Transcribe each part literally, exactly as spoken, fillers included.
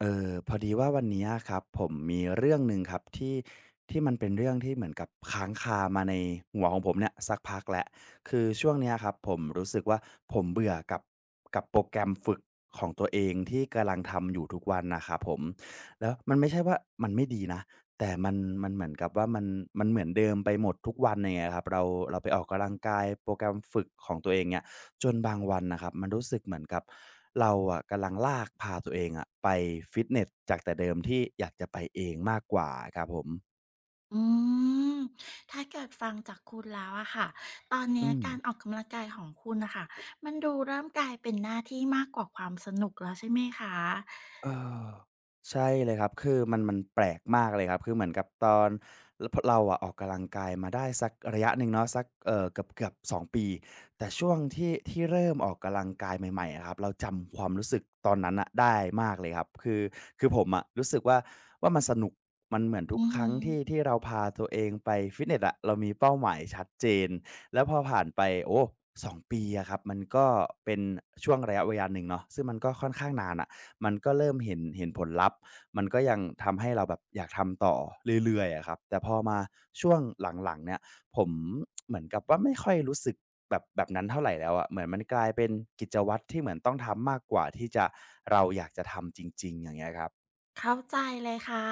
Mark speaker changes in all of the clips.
Speaker 1: เออพอดีว่าวันเนี้ยครับผมมีเรื่องหนึ่งครับที่ที่มันเป็นเรื่องที่เหมือนกับค้างคามาในหัวของผมเนี่ยสักพักแหละคือช่วงเนี้ยครับผมรู้สึกว่าผมเบื่อกับกับโปรแกรมฝึกของตัวเองที่กำลังทำอยู่ทุกวันนะครับผมแล้วมันไม่ใช่ว่ามันไม่ดีนะแต่มันมันเหมือนกับว่ามันมันเหมือนเดิมไปหมดทุกวันองเยครับเราเราไปออกกำลังกายโปรแกรมฝึกของตัวเองเนี่ย จนบางวันนะครับมันรู้สึกเหมือนกับเราอะกำลังลากพาตัวเองอะไปฟิตเนสจากแต่เดิมที่อยากจะไปเองมากกว่าครับผม
Speaker 2: อืม ถ้าเกิดฟังจากคุณแล้วอะค่ะ ตอนเนี้
Speaker 1: อื
Speaker 2: ย
Speaker 1: ม
Speaker 2: การออกกำลังกายของคุณนะค่ะมันดูเริ่มกลายเป็นหน้าที่มากกว่าความสนุกแล้วใช่ไหมคะ
Speaker 1: เออใช่เลยครับคือมันมันแปลกมากเลยครับคือเหมือนกับตอนรพเราอะออกกำลังกายมาได้สักระยะหนึ่งเนาะสักเอ่อเกือบๆสองปีแต่ช่วงที่ที่เริ่มออกกำลังกายใหม่ๆอะครับเราจำความรู้สึกตอนนั้นน่ะได้มากเลยครับคือคือผมอะรู้สึกว่าว่ามันสนุกมันเหมือนทุ
Speaker 2: อื
Speaker 1: ก
Speaker 2: อ
Speaker 1: ค
Speaker 2: ฮึ
Speaker 1: รั้งที่ที่เราพาตัวเองไปฟิตเนสอะเรามีเป้าหมายชัดเจนแล้วพอผ่านไปโอ้สองปีอะครับมันก็เป็นช่วงระยะเวลาหนึ่งเนาะซึ่งมันก็ค่อนข้างนานอะ มันก็เริ่มเห็นเห็นผลลัพธ์มันก็ยังทำให้เราแบบอยากทำต่อเรื่อยๆอะครับ แต่พอมาช่วงหลังๆเนี่ยผม เหมือนกับว่าไม่ค่อยรู้สึกแบบแบบนั้นเท่าไหรแล้วอะเหมือนมันกลายเป็นกิจวัตรที่เหมือนต้องทำมากกว่าที่จะเราอยากจะทำจริงๆอย่างเงี้ยครับ
Speaker 2: เข้าใจเลยค่ะ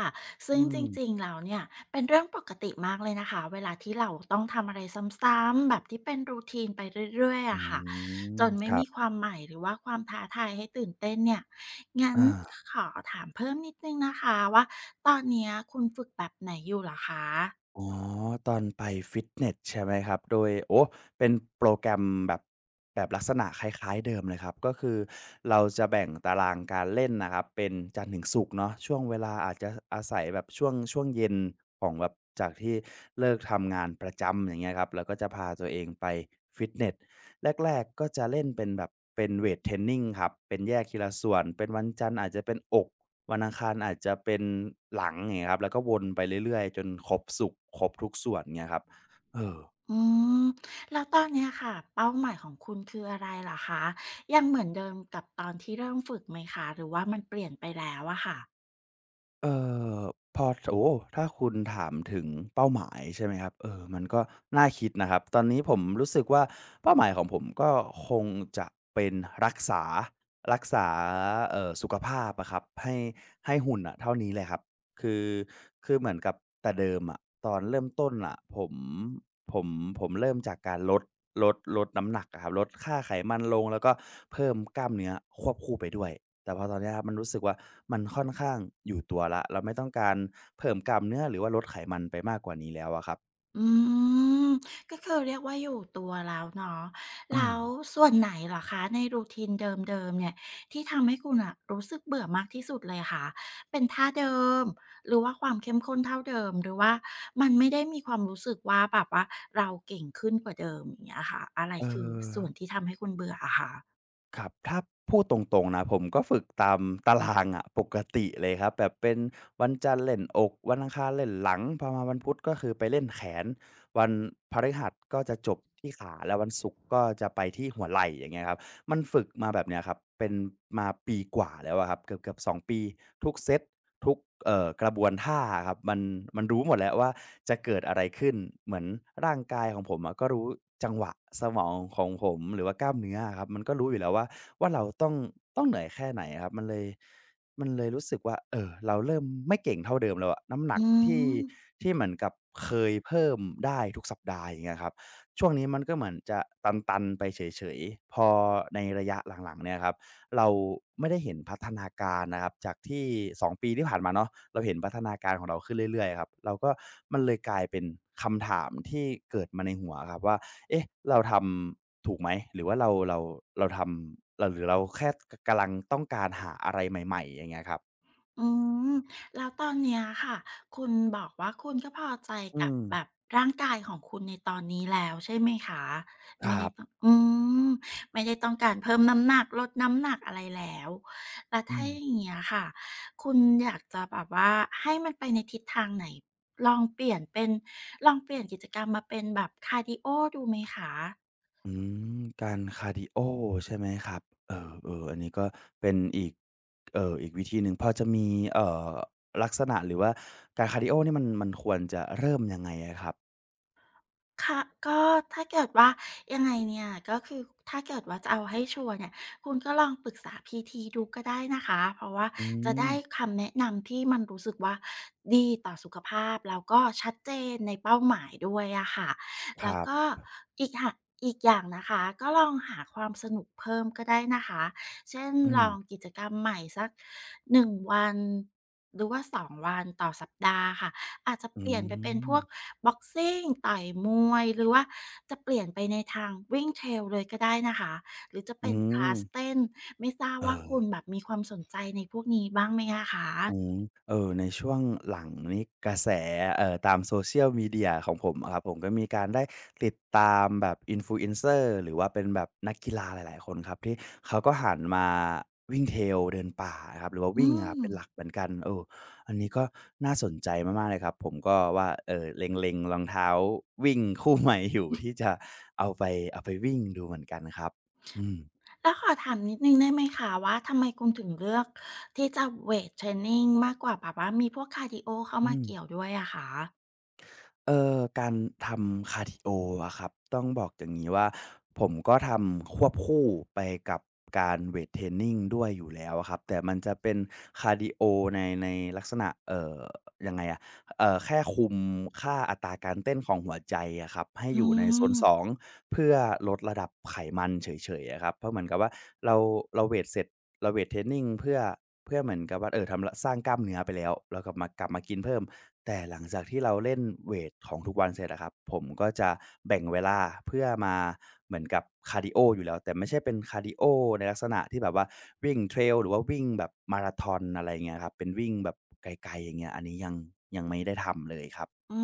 Speaker 1: อื
Speaker 2: ซึ่งจ
Speaker 1: ม
Speaker 2: ริงๆแล้วเนี่ยเป็นเรื่องปกติมากเลยนะคะเวลาที่เราต้องทำอะไรซ้ำๆแบบที่เป็นรูทีนไปเรื่อยๆ
Speaker 1: อื
Speaker 2: อะค่ะ
Speaker 1: ม
Speaker 2: จนไม่
Speaker 1: ครั
Speaker 2: มี
Speaker 1: บ
Speaker 2: ความใหม่หรือว่าความท้าทายให้ตื่นเต้นเนี่ยงั้น
Speaker 1: อา
Speaker 2: ขอถามเพิ่มนิดนึงนะคะว่าตอนเนี้ยคุณฝึกแบบไหนอยู่เหรอคะ
Speaker 1: อ๋อตอนไปฟิตเนสใช่ไหมครับโดยโอ้เป็นโปรแกรมแบบแบบลักษณะคล้ายๆเดิมเลยครับก็คือเราจะแบ่งตารางการเล่นนะครับเป็นจันทร์ถึงศุกร์เนาะช่วงเวลาอาจจะอาศัยแบบช่วงช่วงเย็นของแบบจากที่เลิกทำงานประจำอย่างเงี้ยครับแล้วก็จะพาตัวเองไปฟิตเนสแรกๆก็จะเล่นเป็นแบบเป็นเวตเทรนนิงครับเป็นแยกทีละส่วนเป็นวันจันทร์อาจจะเป็นอก วันอังคารอาจจะเป็นหลังอย่างเงี้ยครับแล้วก็วนไปเรื่อยๆจนครบสุกร์ครบทุกส่วนเงี้ยครับเออ
Speaker 2: อืมแล้วตอนเนี้ยค่ะเป้าหมายของคุณคืออะไรเหรอคะยังเหมือนเดิมกับตอนที่เริ่มฝึกไหมคะหรือว่ามันเปลี่ยนไปแล้วอะค่ะ
Speaker 1: เอ่อพอโอ้โฮถ้าคุณถามถึงเป้าหมายใช่ไหมครับเออมันก็น่าคิดนะครับตอนนี้ผมรู้สึกว่าเป้าหมายของผมก็คงจะเป็นรักษารักษาเอ่อสุขภาพอะครับให้ให้หุ่นน่ะเท่านี้เลยครับคือคือเหมือนกับแต่เดิมอะตอนเริ่มต้นน่ะผมผมผมเริ่มจากการลดลดลดน้ำหนักอะครับลดค่าไขมันลงแล้วก็เพิ่มกล้ามเนื้อควบคู่ไปด้วย แต่พอตอนเนี้ยครับมันรู้สึกว่ามันค่อนข้างอยู่ตัวแล้วเราไม่ต้องการเพิ่มกล้ามเนื้อหรือว่าลดไขมันไปมากกว่านี้แล้วอะครับ
Speaker 2: อืมก็คือเรียกว่าอยู่ตัวแล้วเนาะ
Speaker 1: เอ
Speaker 2: แล้ว
Speaker 1: อ
Speaker 2: ส่วนไหนเหรอคะในรูทีนเดิมๆเนี่ยที่ทำให้คุณอะรู้สึกเบื่อมากที่สุดเลยคะเป็นท่าเดิมหรือว่าความเข้มข้นเท่าเดิมหรือว่ามันไม่ได้มีความรู้สึกว่าแบบว่าเราเก่งขึ้นกว่าเดิมอย่างเงี้ยค่ะอะไร
Speaker 1: เออ
Speaker 2: คือส่วนที่ทำให้คุณเบื่ออะคะ
Speaker 1: ครับถ้าพูดตรงๆนะผมก็ฝึกตามตารางอะปกติเลยครับแบบเป็นวันจันทร์เล่นอกวันอังคารเล่นหลังพอมาวันพุธก็คือไปเล่นแขนวันพฤหัสก็จะจบที่ขาแล้ววันศุกร์ก็จะไปที่หัวไหล่อย่างเงี้ยครับมันฝึกมาแบบเนี้ยครับเป็นมาปีกว่าแล้วอะครับเกือบๆสองปีทุกเซต ทุกเอ่อกระบวนท่าอะครับมันมันรู้หมดแล้วว่าจะเกิดอะไรขึ้นเหมือนร่างกายของผมอะก็รู้จังหวะสมองของผมหรือว่ากล้ามเนื้ออะครับมันก็รู้อยู่แล้วว่าว่าเราต้องต้องเหนื่อยแค่ไหนอะครับมันเลยมันเลยรู้สึกว่าเอ่อเราเริ่มไม่เก่งเท่าเดิมแล้วอะน้ำหนัก
Speaker 2: อื
Speaker 1: ที่
Speaker 2: ม
Speaker 1: ที่เหมือนกับเคยเพิ่มได้ทุกสัปดาห์อย่างเงี้ยครับช่วงนี้มันก็เหมือนจะตันๆไปเฉยๆพอในระยะหลังๆเนี่ยครับ เราไม่ได้เห็นพัฒนาการนะครับจากที่สองปีที่ผ่านมาเนาะเราเห็นพัฒนาการของเราขึ้นเรื่อยๆครับเราก็มันเลยกลายเป็นคำถามที่เกิดมาในหัวอะครับว่าเอ๊ะเราทำถูกไหมหรือว่าเราเราเราทำเราหรือเราแค่กกำลังต้องการหาอะไรใหม่ๆอย่างเงี้ยครับ
Speaker 2: อืมแล้วตอนเนี้ยค่ะคุณบอกว่าคุณก็พอใจ
Speaker 1: อื
Speaker 2: กับ
Speaker 1: ม
Speaker 2: แบบร่างกายของคุณในตอนนี้แล้วใช่ไหมคะ
Speaker 1: ค
Speaker 2: ไม่
Speaker 1: รั
Speaker 2: ได้ต้อง
Speaker 1: บ
Speaker 2: อืมไม่ได้ต้องการเพิ่มน้ำหนักลดน้ำหนักอะไรแล้วแล้ว
Speaker 1: อื
Speaker 2: ถ้าอ
Speaker 1: ม
Speaker 2: ย่างเงี้ยค่ะคุณอยากจะแบบว่าให้มันไปในทิศทางไหนลองเปลี่ยนเป็นลองเปลี่ยนกิจกรรมมาเป็นแบบคาร์ดีโอดูไหมคะ
Speaker 1: อืมการคาร์ดิโอใช่ไหมครับเออเอออันนี้ก็เป็นอีกเอ่ออีกวิธีหนึ่งพอจะมีเอ่อลักษณะหรือว่าการคาร์ดิโอนี่มันมันควรจะเริ่มยังไงอะครับ
Speaker 2: ค่ะก็ถ้าเกิดว่ายังไงเนี่ยก็คือถ้าเกิดว่าจะเอาให้ชัวร์เนี่ยคุณก็ลองปรึกษาพีทีดูก็ได้นะคะเพราะว่า
Speaker 1: อื
Speaker 2: จะ
Speaker 1: ม
Speaker 2: ได้คำแนะนำที่มันรู้สึกว่าดีต่อสุขภาพแล้วก็ชัดเจนในเป้าหมายด้วยอะค่ะ
Speaker 1: ค
Speaker 2: แล้ว
Speaker 1: รับ
Speaker 2: ก็อีกหะอีกอย่างนะคะก็ลองหาความสนุกเพิ่มก็ได้นะคะเช่น
Speaker 1: อื
Speaker 2: ล
Speaker 1: ม
Speaker 2: องกิจกรรมใหม่สักหนึ่งวันหรือว่าสองวันต่อสัปดาห์ค่ะ อาจจะ
Speaker 1: อื
Speaker 2: เปลี่ยนไปเป็นพ
Speaker 1: ม
Speaker 2: วกบ็อกซิ่งต่อยมวยหรือว่าจะเปลี่ยนไปในทางวิ่ง Trail เลยก็ได้นะคะหรือจะ
Speaker 1: อื
Speaker 2: เป็นค
Speaker 1: ม
Speaker 2: ลาสเต้นไม่ทราบ
Speaker 1: เอ
Speaker 2: ว่า
Speaker 1: อ
Speaker 2: คุณแบบมีความสนใจในพวกนี้บ้างไหมอะค
Speaker 1: อื
Speaker 2: ะ
Speaker 1: มเออในช่วงหลังนี้กระแสเอ่อตาม Social Media ของผมอะครับผมก็มีการได้ติดตามแบบ Influencer หรือว่าเป็นแบบนักกีฬาหลายๆคนครับที่เขาก็หันมาวิ่ง Trail เดินป่าอะครับหรือว่า
Speaker 2: อื
Speaker 1: วิ่งอะครับเป็นหลัก
Speaker 2: ม
Speaker 1: เหมือนกันเอออันนี้ก็น่าสนใจมากๆเลยครับผมก็ว่าเอ่อเล็งๆรองเท้าวิ่งคู่ใหม่อยู่ที่จะเอาไปเอาไปวิ่งดูเหมือนกันครับอืม
Speaker 2: แล้วขอถามนิดหนึ่งได้ไหมคะว่าทำไมคุณถึงเลือกที่จะเวตเทรนนิงมากกว่าแบบว่ามีพวกคาร์ดีโอเข้า
Speaker 1: อื
Speaker 2: มา
Speaker 1: ม
Speaker 2: เกี่ยวด้วยอะคะ
Speaker 1: เอ่อการทำคาร์ดิโออะครับต้องบอกอย่างงี้ว่าผมก็ทำควบคู่ไปกับการเวตเทรนนิงด้วยอยู่แล้วอะครับแต่มันจะเป็นคาร์ดิโอในในลักษณะเอ่อยังไงอะเอ่อแค่คุมค่าอัตราการเต้นของหัวใจอะครับให้
Speaker 2: อื
Speaker 1: อยู่ในโซน
Speaker 2: ม
Speaker 1: สองเพื่อลดระดับไขมันเฉยๆอะครับเพราะเหมือนกับว่าเราเราเวตเสร็จ เราเวทเทรนนิงเพื่อเพื่อเหมือนกับว่าเออทำละสร้างกล้ามเนื้อไปแล้วเรากลับมากลับมากินเพิ่มแต่หลังจากที่เราเล่นเวตของทุกวันเสร็จอะครับผมก็จะแบ่งเวลาเพื่อมาเหมือนกับคาร์ดีโออยู่แล้วแต่ไม่ใช่เป็นคาร์ดีโอในลักษณะที่แบบว่าวิ่ง trail หรือว่าวิ่งแบบมาราธอนอะไรอย่างเงี้ยครับเป็นวิ่งแบบไกลๆอย่างเงี้ยอันนี้ยังยังไม่ได้ทำเลยครับ
Speaker 2: อื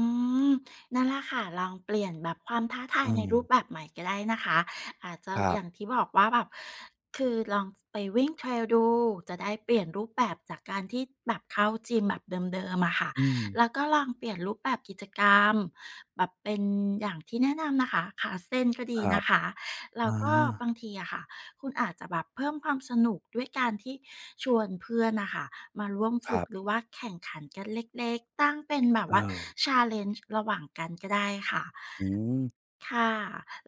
Speaker 2: มนั่นแหละค่ะลองเปลี่ยนแบบความท้าทาย
Speaker 1: อื
Speaker 2: ใน
Speaker 1: ม
Speaker 2: รูปแบบใหม่ก็ได้นะคะอาจจะ
Speaker 1: ครั
Speaker 2: อย่าง
Speaker 1: บ
Speaker 2: ที่บอกว่าแบบคือลองไปวิ่งเทรลดูจะได้เปลี่ยนรูปแบบจากการที่แบบเข้าจิมแบบเดิมๆอะค่ะ
Speaker 1: อืม
Speaker 2: แล้วก็ลองเปลี่ยนรูปแบบกิจกรรมแบบเป็นอย่างที่แนะนำนะคะขาเส้นก็
Speaker 1: ค
Speaker 2: ดี
Speaker 1: รับ
Speaker 2: นะคะแล้ว
Speaker 1: อา
Speaker 2: ก็บางทีอะค่ะ คุณอาจจะแบบเพิ่มความสนุกด้วยการที่ชวนเพื่อนนะคะมาร่วม
Speaker 1: ค
Speaker 2: ฝึ
Speaker 1: รั
Speaker 2: กหรือ
Speaker 1: บ
Speaker 2: ว่าแข่งขันกันเล็กๆตั้งเป็นแบบ
Speaker 1: เออ
Speaker 2: ว่า challenge ระหว่างกันก็ได้ค่ะ
Speaker 1: อืม
Speaker 2: ค่ะ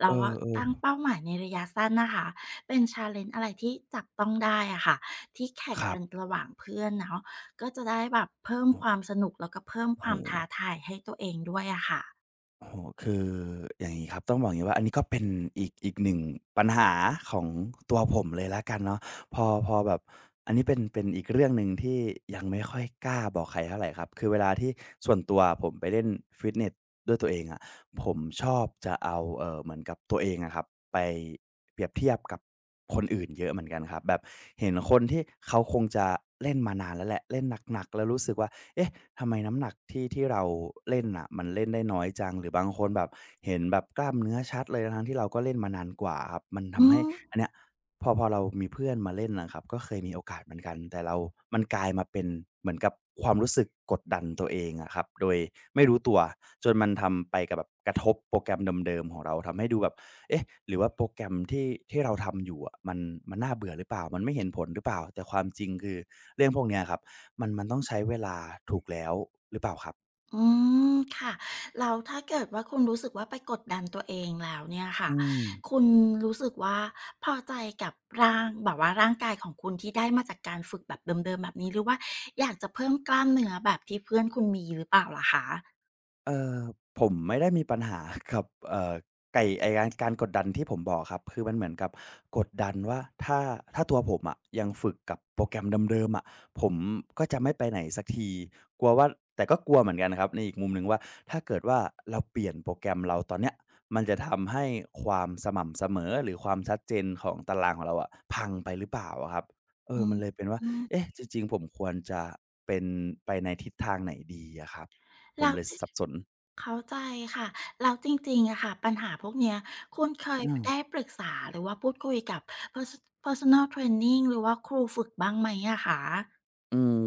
Speaker 2: แล้
Speaker 1: เอ
Speaker 2: วา
Speaker 1: อ
Speaker 2: ตั้งเป้าหมายในระยะสั้นนะคะเป็นชา a ลน e n g e อะไรที่จับต้องได้อะค่ะที่แข่
Speaker 1: ๆ
Speaker 2: ง
Speaker 1: ครับ
Speaker 2: กันระหว่างเพื่อนเนาะก็จะได้แบบเพิ่ม
Speaker 1: โอ
Speaker 2: ควา
Speaker 1: ้
Speaker 2: มสนุกแล้วก็เพิ่มความท้า
Speaker 1: โฮ
Speaker 2: ทายให้ตัวเองด้วยอะค่ะ
Speaker 1: โอ้โฮคืออย่างงี้ครับ ต้องบอกอย่างงี้ว่าอันนี้ก็เป็นอีกอีกหนึ่งปัญหาของตัวผมเลยแล้วกันเนาะพอพอแบบอันนี้เป็นเป็นอีกเรื่องหนึ่งที่ยังไม่ค่อยกล้าบอกใครเท่าไรครับคือเวลาที่ส่วนตัวผมไปเล่นฟิตเนสด้วยตัวเองอะผมชอบจะเอาเอ่อเหมือนกับตัวเองอะครับไปเปรียบเทียบกับคนอื่นเยอะเหมือนกันครับแบบเห็นคนที่เขาคงจะเล่นมานานแล้วแหละเล่นหนักๆแล้วรู้สึกว่า เอ๊ะทำไมน้ำหนักที่ที่เราเล่นน่ะมันเล่นได้น้อยจังหรือบางคนแบบเห็นแบบกล้ามเนื้อชัดเลยทั้งที่เราก็เล่นมานานกว่าครับมัน
Speaker 2: อื
Speaker 1: ทำให้
Speaker 2: ม
Speaker 1: อันเนี้ยพอพอเรามีเพื่อนมาเล่นนะครับก็เคยมีโอกาสเหมือนกันแต่เรามันกลายมาเป็นเหมือนกับความรู้สึกกดดันตัวเองอะครับโดยไม่รู้ตัว จนมันทำไปกับแบบกระทบโปรแกรมเดิมๆของเราทำให้ดูแบบเอ๊ะหรือว่าโปรแกรมที่ที่เราทำอยู่อะมันมันน่าเบื่อหรือเปล่ามันไม่เห็นผลหรือเปล่าแต่ความจริงคือเรื่องพวกเนี้ยครับ มันมันต้องใช้เวลาถูกแล้วหรือเปล่าครับ
Speaker 2: อืมค่ะแล้วถ้าเกิดว่าคุณรู้สึกว่าไปกดดันตัวเองแล้วเนี่ยค่ะ
Speaker 1: อืม
Speaker 2: คุณรู้สึกว่าพอใจกับร่างแบบว่าร่างกายของคุณที่ได้มาจากการฝึกแบบเดิมๆแบบนี้หรือว่าอยากจะเพิ่มกล้ามเนื้อแบบที่เพื่อนคุณมีหรือเปล่าล่ะคะ
Speaker 1: เอ่อผมไม่ได้มีปัญหากับเอ่อไก่ไอ้การการกดดันที่ผมบอกครับคือมันเหมือนกับกดดันว่าถ้าถ้าตัวผมอะยังฝึกกับโปรแกรมเดิมๆอะผมก็จะไม่ไปไหนสักทีกลัวว่าแต่ก็กลัวเหมือนกันครับในอีกมุมหนึ่งว่าถ้าเกิดว่าเราเปลี่ยนโปรแกรมเราตอนเนี้ยมันจะทำให้ความสม่ำเสมอหรือความชัดเจนของตารางของเราอะพังไปหรือเปล่าอะครับเออ
Speaker 2: อื
Speaker 1: มั
Speaker 2: ม
Speaker 1: นเลยเป็นว่า
Speaker 2: อืม
Speaker 1: เอ๊ะจริงๆผมควรจะเป็นไปในทิศทางไหนดีอะครับผม
Speaker 2: แล้ว
Speaker 1: เลยสับสน
Speaker 2: เข้าใจค่ะแล้วจริงๆอะค่ะปัญหาพวกเนี้ยคุณเคย
Speaker 1: อืม
Speaker 2: ได้ปรึกษาหรือว่าพูดคุยกับ Perso Personal Training หรือว่าครูฝึกบ้างไหมอะคะ
Speaker 1: อืม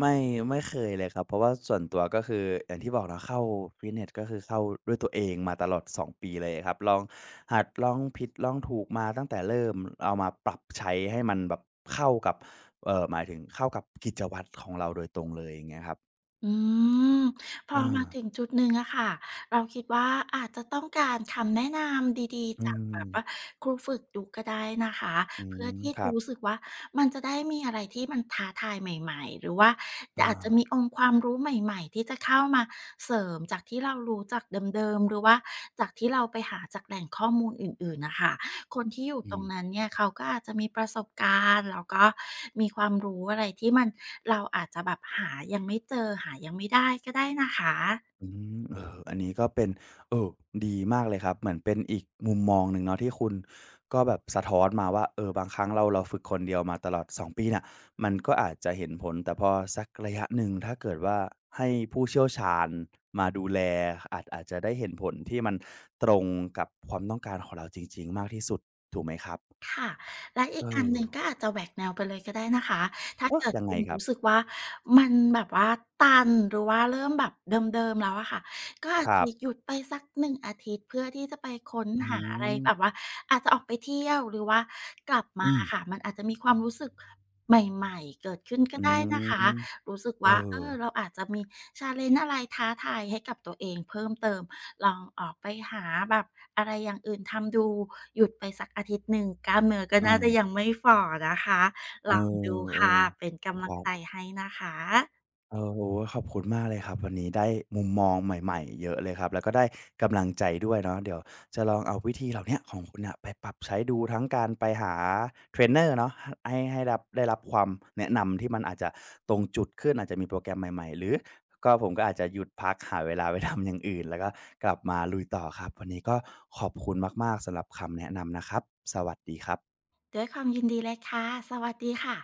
Speaker 1: ไม่ไม่เคยเลยครับเพราะว่าส่วนตัวก็คืออย่างที่บอกเนาะเข้าฟิตเนสก็คือเข้าด้วยตัวเองมาตลอดสองปีเลยครับลองหัดลองผิดลองถูกมาตั้งแต่เริ่มเอามาปรับใช้ให้มันแบบเข้ากับเอ่อหมายถึงเข้ากับกิจวัตรของเราโดยตรงเลยอย่างเงี้ยครับ
Speaker 2: อืมพอมา
Speaker 1: อา
Speaker 2: ถึงจุดหนึ่งอะค่ะเราคิดว่าอาจจะต้องการคำแนะนำดีๆ
Speaker 1: อื
Speaker 2: จากแบ
Speaker 1: ม
Speaker 2: บว่าครูฝึกดูก็ได้นะคะ
Speaker 1: อื
Speaker 2: เพื่อ
Speaker 1: ม
Speaker 2: ที่
Speaker 1: ค
Speaker 2: จะ
Speaker 1: รับ
Speaker 2: รู้สึกว่ามันจะได้มีอะไรที่มันท้าทายใหม่ๆหรือว่า
Speaker 1: อา
Speaker 2: อาจจะมีองค์ความรู้ใหม่ๆที่จะเข้ามาเสริมจากที่เรารู้จากเดิมๆหรือว่าจากที่เราไปหาจากแหล่งข้อมูลอื่นๆนะคะ คนที่อยู่
Speaker 1: อื
Speaker 2: ตร
Speaker 1: ม
Speaker 2: งนั้นเนี่ยเขาก็อาจจะมีประสบการณ์แล้วก็มีความรู้อะไรที่มันเราอาจจะแบบหายังไม่เจอหายังไม่ได้ก็ได้นะคะ
Speaker 1: อืมเอออันนี้ก็เป็นเออดีมากเลยครับ เหมือนเป็นอีกมุมมองหนึ่งเนาะที่คุณก็แบบสะท้อนมาว่าเออบางครั้งเราเราฝึกคนเดียวมาตลอดสองปีน่ะ มันก็อาจจะเห็นผลแต่พอสักระยะหนึ่งถ้าเกิดว่าให้ผู้เชี่ยวชาญมาดูแลอาจอาจจะได้เห็นผลที่มันตรงกับความต้องการของเราจริงๆมากที่สุดถูกไหมครับ
Speaker 2: และอี
Speaker 1: เอ
Speaker 2: กอัน
Speaker 1: อ
Speaker 2: หนึ่งก็อาจจะแหวกแนวไปเลยก็ได้นะคะถ้า
Speaker 1: เอ๊ะ
Speaker 2: เกิด
Speaker 1: ยังไง
Speaker 2: คุณ
Speaker 1: ครับ
Speaker 2: รู้สึกว่ามันแบบว่าตันหรือว่าเริ่มแบบเดิมๆแล้วอะค่ะก็อาจ
Speaker 1: ครั
Speaker 2: จะ
Speaker 1: บ
Speaker 2: หยุดไปสักหนึ่งอาทิตย์เพื่อที่จะไปค้น
Speaker 1: อื
Speaker 2: หาอะไรแบบ
Speaker 1: ม
Speaker 2: ว่าอาจจะออกไปเที่ยวหรือว่ากลับมา
Speaker 1: อืม
Speaker 2: อะค่ะมันอาจจะมีความรู้สึกใหม่ๆเกิดขึ้นก็
Speaker 1: อื
Speaker 2: ได้นะคะ
Speaker 1: ม
Speaker 2: รู้สึก
Speaker 1: เออ
Speaker 2: ว่าเออเราอาจจะมี challenge อะไรท้าทายให้กับตัวเองเพิ่มเติมลองออกไปหาแบบอะไรอย่างอื่นทำดูหยุดไปสักอาทิตย์หนึ่งกล้ามเนื้อก็
Speaker 1: อา
Speaker 2: น่าจะยังไม่ฝ่อนะคะ
Speaker 1: เ
Speaker 2: ลองดู
Speaker 1: ออ
Speaker 2: ค่ะเป็น
Speaker 1: ๆ
Speaker 2: กำ
Speaker 1: ค
Speaker 2: ลัง
Speaker 1: รั
Speaker 2: ใจ
Speaker 1: บ
Speaker 2: ให้นะคะ
Speaker 1: โอ้โฮขอบคุณมากเลยครับวันนี้ได้มุมมองใหม่ๆเยอะเลยครับแล้วก็ได้กำลังใจด้วยเนาะเดี๋ยวจะลองเอาวิธีเหล่าเนี้ยของคุณน่ะไปปรับใช้ดูทั้งการไปหาเทรนเนอร์เนาะหให้ให้รับได้รับความแนะนำที่มันอาจจะตรงจุดขึ้นอาจจะมีโปรแกรมใหม่ๆหรือก็ผมก็อาจจะหยุดพักหาเวลาไปทำอย่างอื่นแล้วก็กลับมาลุยต่อครับวันนี้ก็ขอบคุณมากๆสำหรับคำแนะนำนะครับสวัสดีครับ
Speaker 2: ด้วยความยินดีเลยค่ะสวัสดีค่ะ